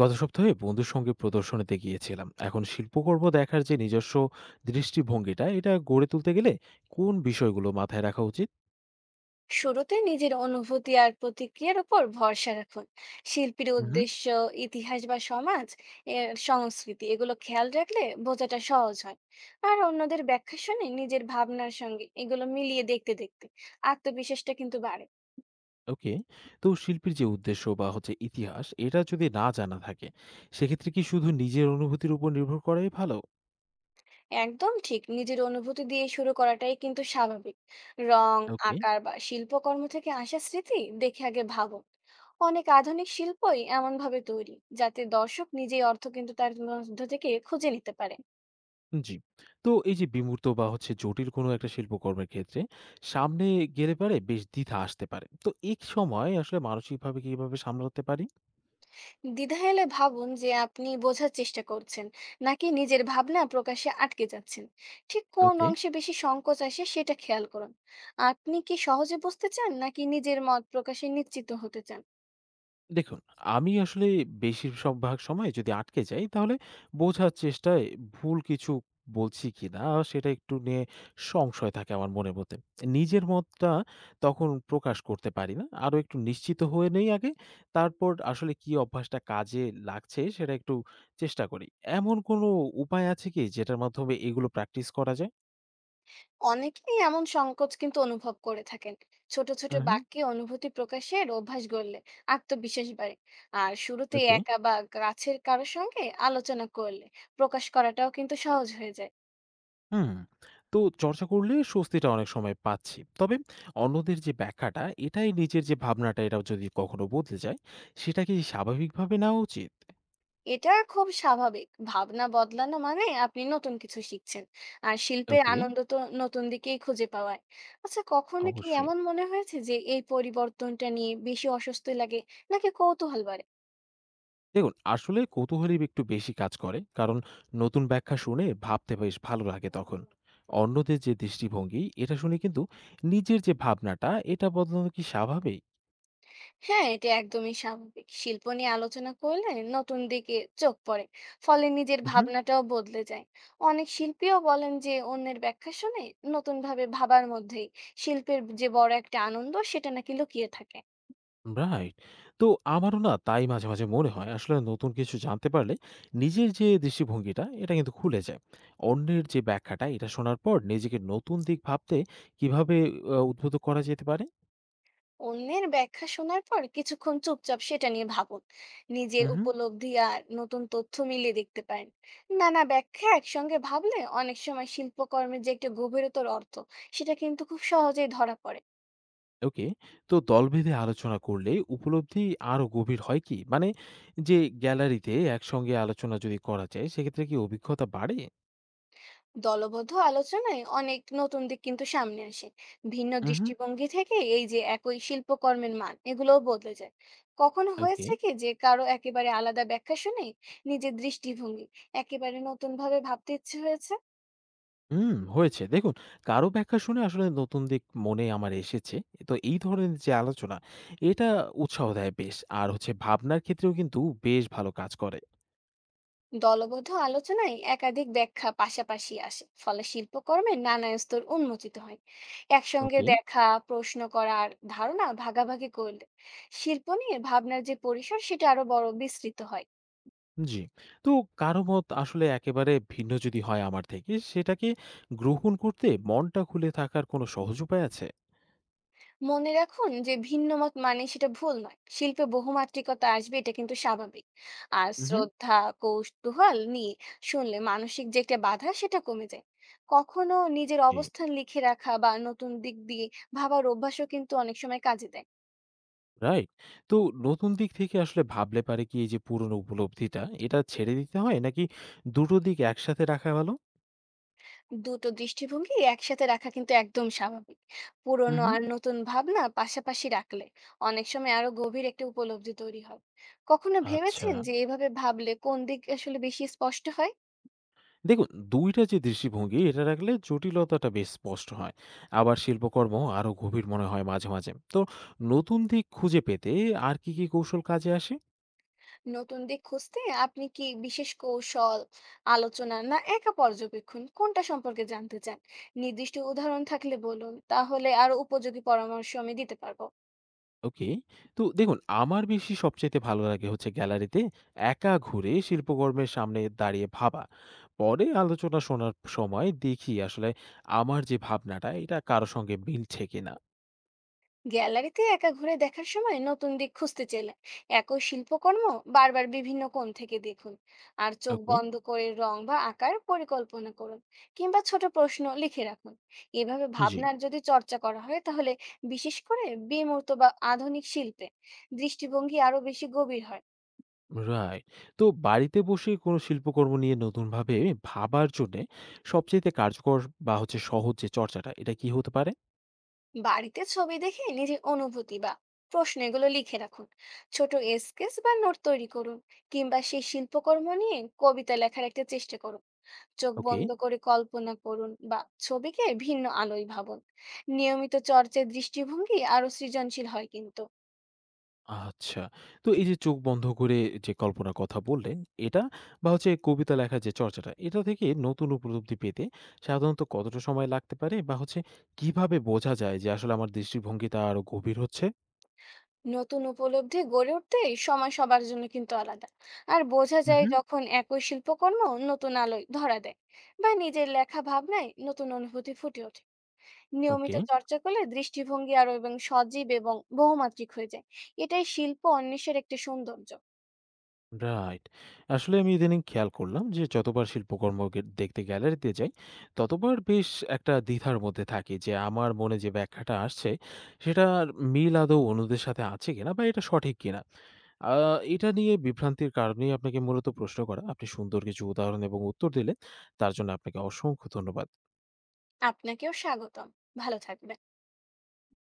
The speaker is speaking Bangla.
গত সপ্তাহে বন্ধুর সঙ্গে প্রদর্শনীতে গিয়েছিলাম এখন শিল্পকর্ম দেখার যে নিজস্ব দৃষ্টিভঙ্গিটা এটা গড়ে তুলতে গেলে কোন বিষয়গুলো মাথায় রাখা উচিত? শুরুতে নিজের অনুভূতি আর প্রতিক্রিয়ার উপর ভরসা রাখুন। শিল্পীর হুম। উদ্দেশ্য, ইতিহাস বা সমাজ এর সংস্কৃতি এগুলো খেয়াল রাখলে বোঝাটা সহজ হয়। আর অন্যদের ব্যাখ্যা শুনে নিজের ভাবনার সঙ্গে এগুলো মিলিয়ে দেখতে দেখতে আত্মবিশ্বাসটা কিন্তু বাড়ে। ওকে। তো শিল্পীর যে উদ্দেশ্য বা হচ্ছে ইতিহাস এটা যদি না জানা থাকে সেক্ষেত্রে কি শুধু নিজের অনুভূতির উপর নির্ভর করাই ভালো? একদম ঠিক, নিজের অনুভূতি দিয়ে শুরু করাটাই কিন্তু স্বাভাবিক। রং, ওকে। আকার বা শিল্পকর্ম থেকে আসা স্মৃতি দেখে আগে ভাবুন। অনেক আধুনিক শিল্পই এমন ভাবে তৈরি যাতে দর্শক নিজেই অর্থ কিন্তু তার মধ্য থেকে খুঁজে নিতে পারে। জি। তো এই যে বিমূর্ত বা হচ্ছে জটিল কোনো একটা শিল্পকর্মের ক্ষেত্রে সামনে গেলে পারে বেশ দ্বিধা আসতে পারে, তো এই সময় আসলে মানসিকভাবে কিভাবে সামলাতে পারি? দ্বিধা এলে ভাবুন যে আপনি বোঝার চেষ্টা করছেন নাকি নিজের ভাবনা প্রকাশে আটকে যাচ্ছেন। ঠিক কোন ওকে। অংশে বেশি সংকোচ আসে সেটা খেয়াল করুন। আপনি কি সহজে বুঝতে চান নাকি নিজের মত প্রকাশে নিশ্চিত হতে চান? দেখুন, আমি আসলে বেশির সব ভাগ সময় যদি আটকে যাই, তাহলে বোঝার চেষ্টায় ভুল কিছু বলছি কিনা সেটা একটু নিয়ে সংশয় থাকে আমার মনের মধ্যে। নিজের মতটা তখন প্রকাশ করতে পারি না। আরো একটু নিশ্চিত হয়ে নেই আগে। তারপর আসলে কি অভ্যাসটা কাজে লাগছে সেটা একটু চেষ্টা করি। এমন কোনো উপায় আছে কি যেটার মাধ্যমে এগুলো প্র্যাকটিস করা যায়? অনেকেই এমন সংকোচ কিন্তু অনুভব করে থাকেন। ছোট ছোট উহু। বাক্যে অনুভূতি প্রকাশের অভ্যাস গড়লে আত্মবিশ্বাস বাড়ে। আর শুরুতে ওকে। একা বা কাছের কারোর সঙ্গে আলোচনা করলে প্রকাশ করাটাও কিন্তু সহজ হয়ে যায়। হুম। তো চর্চা করলে স্বস্তিটা অনেক সময় পাচ্ছি, তবে অন্যদের যে ব্যাখ্যাটা এটাই নিজের যে ভাবনাটা এটাও যদি কখনো বদলে যায় সেটা কি স্বাভাবিকভাবে নেওয়া উচিত? এটা খুব স্বাভাবিক। ভাবনা বদলানো মানে আপনি নতুন কিছু শিখছেন। আর শিল্পের ওকে। আনন্দ তো নতুন দিকেই খুঁজে পাওয়ায়। আচ্ছা, কখনো কি অবশ্যই। এমন মনে হয়েছে যে এই পরিবর্তনটা নিয়ে বেশি অস্বস্তি লাগে নাকি কৌতূহল বাড়ে? দেখুন আসলে কৌতূহলী একটু বেশি কাজ করে, কারণ নতুন ব্যাখ্যা শুনে ভাবতে বেশ ভালো লাগে। তখন অন্যদের যে দৃষ্টিভঙ্গি এটা শুনে কিন্তু নিজের যে ভাবনাটা এটা বদলানো কি স্বাভাবিক? হ্যাঁ, এটা একদমই স্বাভাবিক। শিল্প নিয়ে আলোচনা করলে নতুন দিকে চোখ পড়ে। ফলে নিজের ভাবনাটাও বদলে যায়। অনেক শিল্পীও বলেন যে অন্যের ব্যাখ্যা শুনে নতুনভাবে ভাবার মধ্যেই শিল্পের যে বড় একটা আনন্দ সেটা নাকি লুকিয়ে থাকে। রাইট। তো আমারও না তাই মাঝে, মাঝে মনে হয়। আসলে নতুন কিছু জানতে পারলে নিজের যে দৃষ্টিভঙ্গিটা, এটা কিন্তু খুলে যায়। অন্যের যে ব্যাখ্যাটা, এটা শোনার পর নিজেকে নতুন দিক ভাবতে কিভাবে উদ্বুদ্ধ করা যেতে পারে? অন্যের ব্যাখ্যা শোনার পর কিছুক্ষণ চুপচাপ সেটা নিয়ে ভাবুন। নিজের হুম, হুম। উপলব্ধি আর নতুন তথ্য মিলিয়ে দেখতে পারেন। নানা ব্যাখ্যা একসঙ্গে ভাবলে অনেক সময় শিল্পকর্মের যে একটা গভীরতর অর্থ, সেটা কিন্তু খুব সহজেই ধরা পড়ে। ওকে। তো দলভেদে আলোচনা করলে উপলব্ধি আরো গভীর হয় কি? মানে যে গ্যালারিতে একসঙ্গে আলোচনা যদি করা যায়, সেক্ষেত্রে কি অভিজ্ঞতা বাড়ে? দলবদ্ধ আলোচনায় অনেক নতুন দিক কিন্তু সামনে আসে। ভিন্ন হুম, হুম। দৃষ্টিভঙ্গি থেকে এই যে একই শিল্পকর্মের মান, এগুলোও বদলে যায়। কখনো ওকে। হয়েছে কি যে কারো একেবারে আলাদা ব্যাখ্যা শুনে নিজের দৃষ্টিভঙ্গি একেবারে নতুন ভাবে ভাবতে ইচ্ছে হয়েছে? হুম, হয়েছে। দেখুন, কারো ব্যাখ্যা শুনে আসলে নতুন দিক মনে আমার এসেছে। তো এই ধরনের যে আলোচনা, এটা উৎসাহ দেয় বেশ। আর হচ্ছে ভাবনার ক্ষেত্রেও কিন্তু বেশ ভালো কাজ করে। দলবদ্ধ আলোচনায় একাধিক ব্যাখ্যা পাশাপাশি আসে, ফলে শিল্পকর্মের নানা স্তর উন্মোচিত হয়। একসঙ্গে ওকে। দেখা, প্রশ্ন করার ধারণা ভাগাভাগি করলে শিল্প নিয়ে ভাবনার যে পরিসর সেটা আরো বড় বিস্তৃত হয়। জি। তো কারো মত আসলে একেবারে ভিন্ন যদি হয় আমার থেকে, সেটাকে গ্রহণ করতে মনটা খুলে থাকার কোনো সহজ উপায় আছে? মনে রাখুন যে ভিন্ন মত মানে সেটা ভুল নয়। শিল্পে বহুমাত্রিকতা আসবে, এটা কিন্তু স্বাভাবিক। আর উহু। শ্রদ্ধা, কৌতূহল নিয়ে শুনলে মানসিক যে একটা বাধা সেটা কমে যায়। কখনো নিজের জি। অবস্থান লিখে রাখা বা নতুন দিক দিয়ে ভাবার অভ্যাসও কিন্তু অনেক সময় কাজে দেয়। রাইট। তো নতুন দিক থেকে আসলে ভাবলে পারে কি এই যে পুরনো উপলব্ধিটা, এটা ছেড়ে দিতে হয় নাকি দুটো দিক একসাথে রাখা ভালো? দুটো দৃষ্টিভঙ্গি একসাথে রাখা কিন্তু একদম স্বাভাবিক। পুরনো উহু। আর নতুন ভাবনা পাশাপাশি রাখলে অনেক সময় আরো গভীর একটা উপলব্ধি তৈরি হয়। কখনো আচ্ছা। ভেবেছেন যে এভাবে ভাবলে কোন দিক আসলে বেশি স্পষ্ট হয়? দেখুন দুইটা যে দৃষ্টিভঙ্গি এটা রাখলে জটিলতাটা বেশ স্পষ্ট হয়, আবার শিল্পকর্ম আরো গভীর মনে হয় মাঝে মাঝে। তো নতুন দিক খুঁজে পেতে আর কি কি কৌশল কাজে আসে? নতুন দিক খুঁজতে আপনি কি বিশেষ কৌশল, আলোচনা না একা পর্যবেক্ষণ কোনটা সম্পর্কে জানতে চান? নির্দিষ্ট উদাহরণ থাকলে বলুন, তাহলে আরো উপযোগী পরামর্শ আমি দিতে পারবো। ওকে। তো দেখুন আমার বেশি সবচাইতে ভালো লাগে হচ্ছে গ্যালারিতে একা ঘুরে শিল্পকর্মের সামনে দাঁড়িয়ে ভাবা। পরে আলোচনা শোনার সময় দেখি আসলে আমার যে ভাবনাটা এটা কারো সঙ্গে মিলছে কিনা। গ্যালারিতে একা ঘুরে দেখার সময় নতুন দিক খুঁজতে চাইলে একই শিল্পকর্ম বারবার বিভিন্ন কোণ থেকে দেখুন। আর চোখ ওকে। বন্ধ করে রং বা আকার পরিকল্পনা করুন, কিংবা ছোট প্রশ্ন লিখে রাখুন। এভাবে জি। ভাবনার যদি চর্চা করা হয় তাহলে বিশেষ করে বিমূর্ত বা আধুনিক শিল্পে দৃষ্টিভঙ্গি আরো বেশি গভীর হয়। রাইট। তো বাড়িতে বসে কোনো শিল্পকর্ম নিয়ে নতুনভাবে ভাবার জন্যে সবচাইতে কার্যকর বা হচ্ছে সহজ যে চর্চাটা, এটা কি হতে পারে? বাড়িতে ছবি দেখে নিজের অনুভূতি বা প্রশ্ন এগুলো লিখে রাখুন। ছোট স্কেচ বা নোট তৈরি করুন, কিংবা সেই শিল্পকর্ম নিয়ে কবিতা লেখার একটা চেষ্টা করুন। চোখ ওকে। বন্ধ করে কল্পনা করুন বা ছবিকে ভিন্ন আলোয় ভাবুন। নিয়মিত চর্চায় দৃষ্টিভঙ্গি আরো সৃজনশীল হয় কিন্তু। আচ্ছা। তো এই যে চোখ বন্ধ করে যে কল্পনার কথা বললেন, এটা বা হচ্ছে কবিতা লেখার যে চর্চাটা, এটা থেকে নতুন উপলব্ধি পেতে সাধারণত কতটা সময় লাগতে পারে? বা হচ্ছে কিভাবে বোঝা যায় যে আসলে আমার দৃষ্টিভঙ্গিটা আরো গভীর হচ্ছে? নতুন উপলব্ধি গড়ে উঠতে সময় সবার জন্য কিন্তু আলাদা। আর বোঝা হুম, যায় হুম। যখন একই শিল্পকর্ম নতুন আলোয় ধরা দেয়, বা নিজের লেখা ভাবনায় নতুন অনুভূতি ফুটে ওঠে। নিয়মিত ওকে। চর্চা করলে দৃষ্টিভঙ্গি আরো এবং সজীব এবং বহুমাত্রিক হয়ে যায়। এটাই শিল্প অন্বেষের একটি সৌন্দর্য। রাইট। আসলে আমি ইদানিং খেয়াল করলাম যে যতবার শিল্পকর্ম দেখতে গ্যালারিতে যাই, ততবার বেশ একটা দ্বিধার মধ্যে থাকি যে আমার মনে যে ব্যাখ্যাটা আসছে, সেটার মিল আদৌ অন্যদের সাথে আছে কিনা বা এটা সঠিক কিনা? আ এটা নিয়ে বিভ্রান্তির কারণেই আপনাকে মূলত প্রশ্ন করা। আপনি সুন্দর কিছু উদাহরণ এবং উত্তর দিলেন। তার জন্য আপনাকে অসংখ্য ধন্যবাদ। আপনাকেও স্বাগতম। ভালো থাকবেন।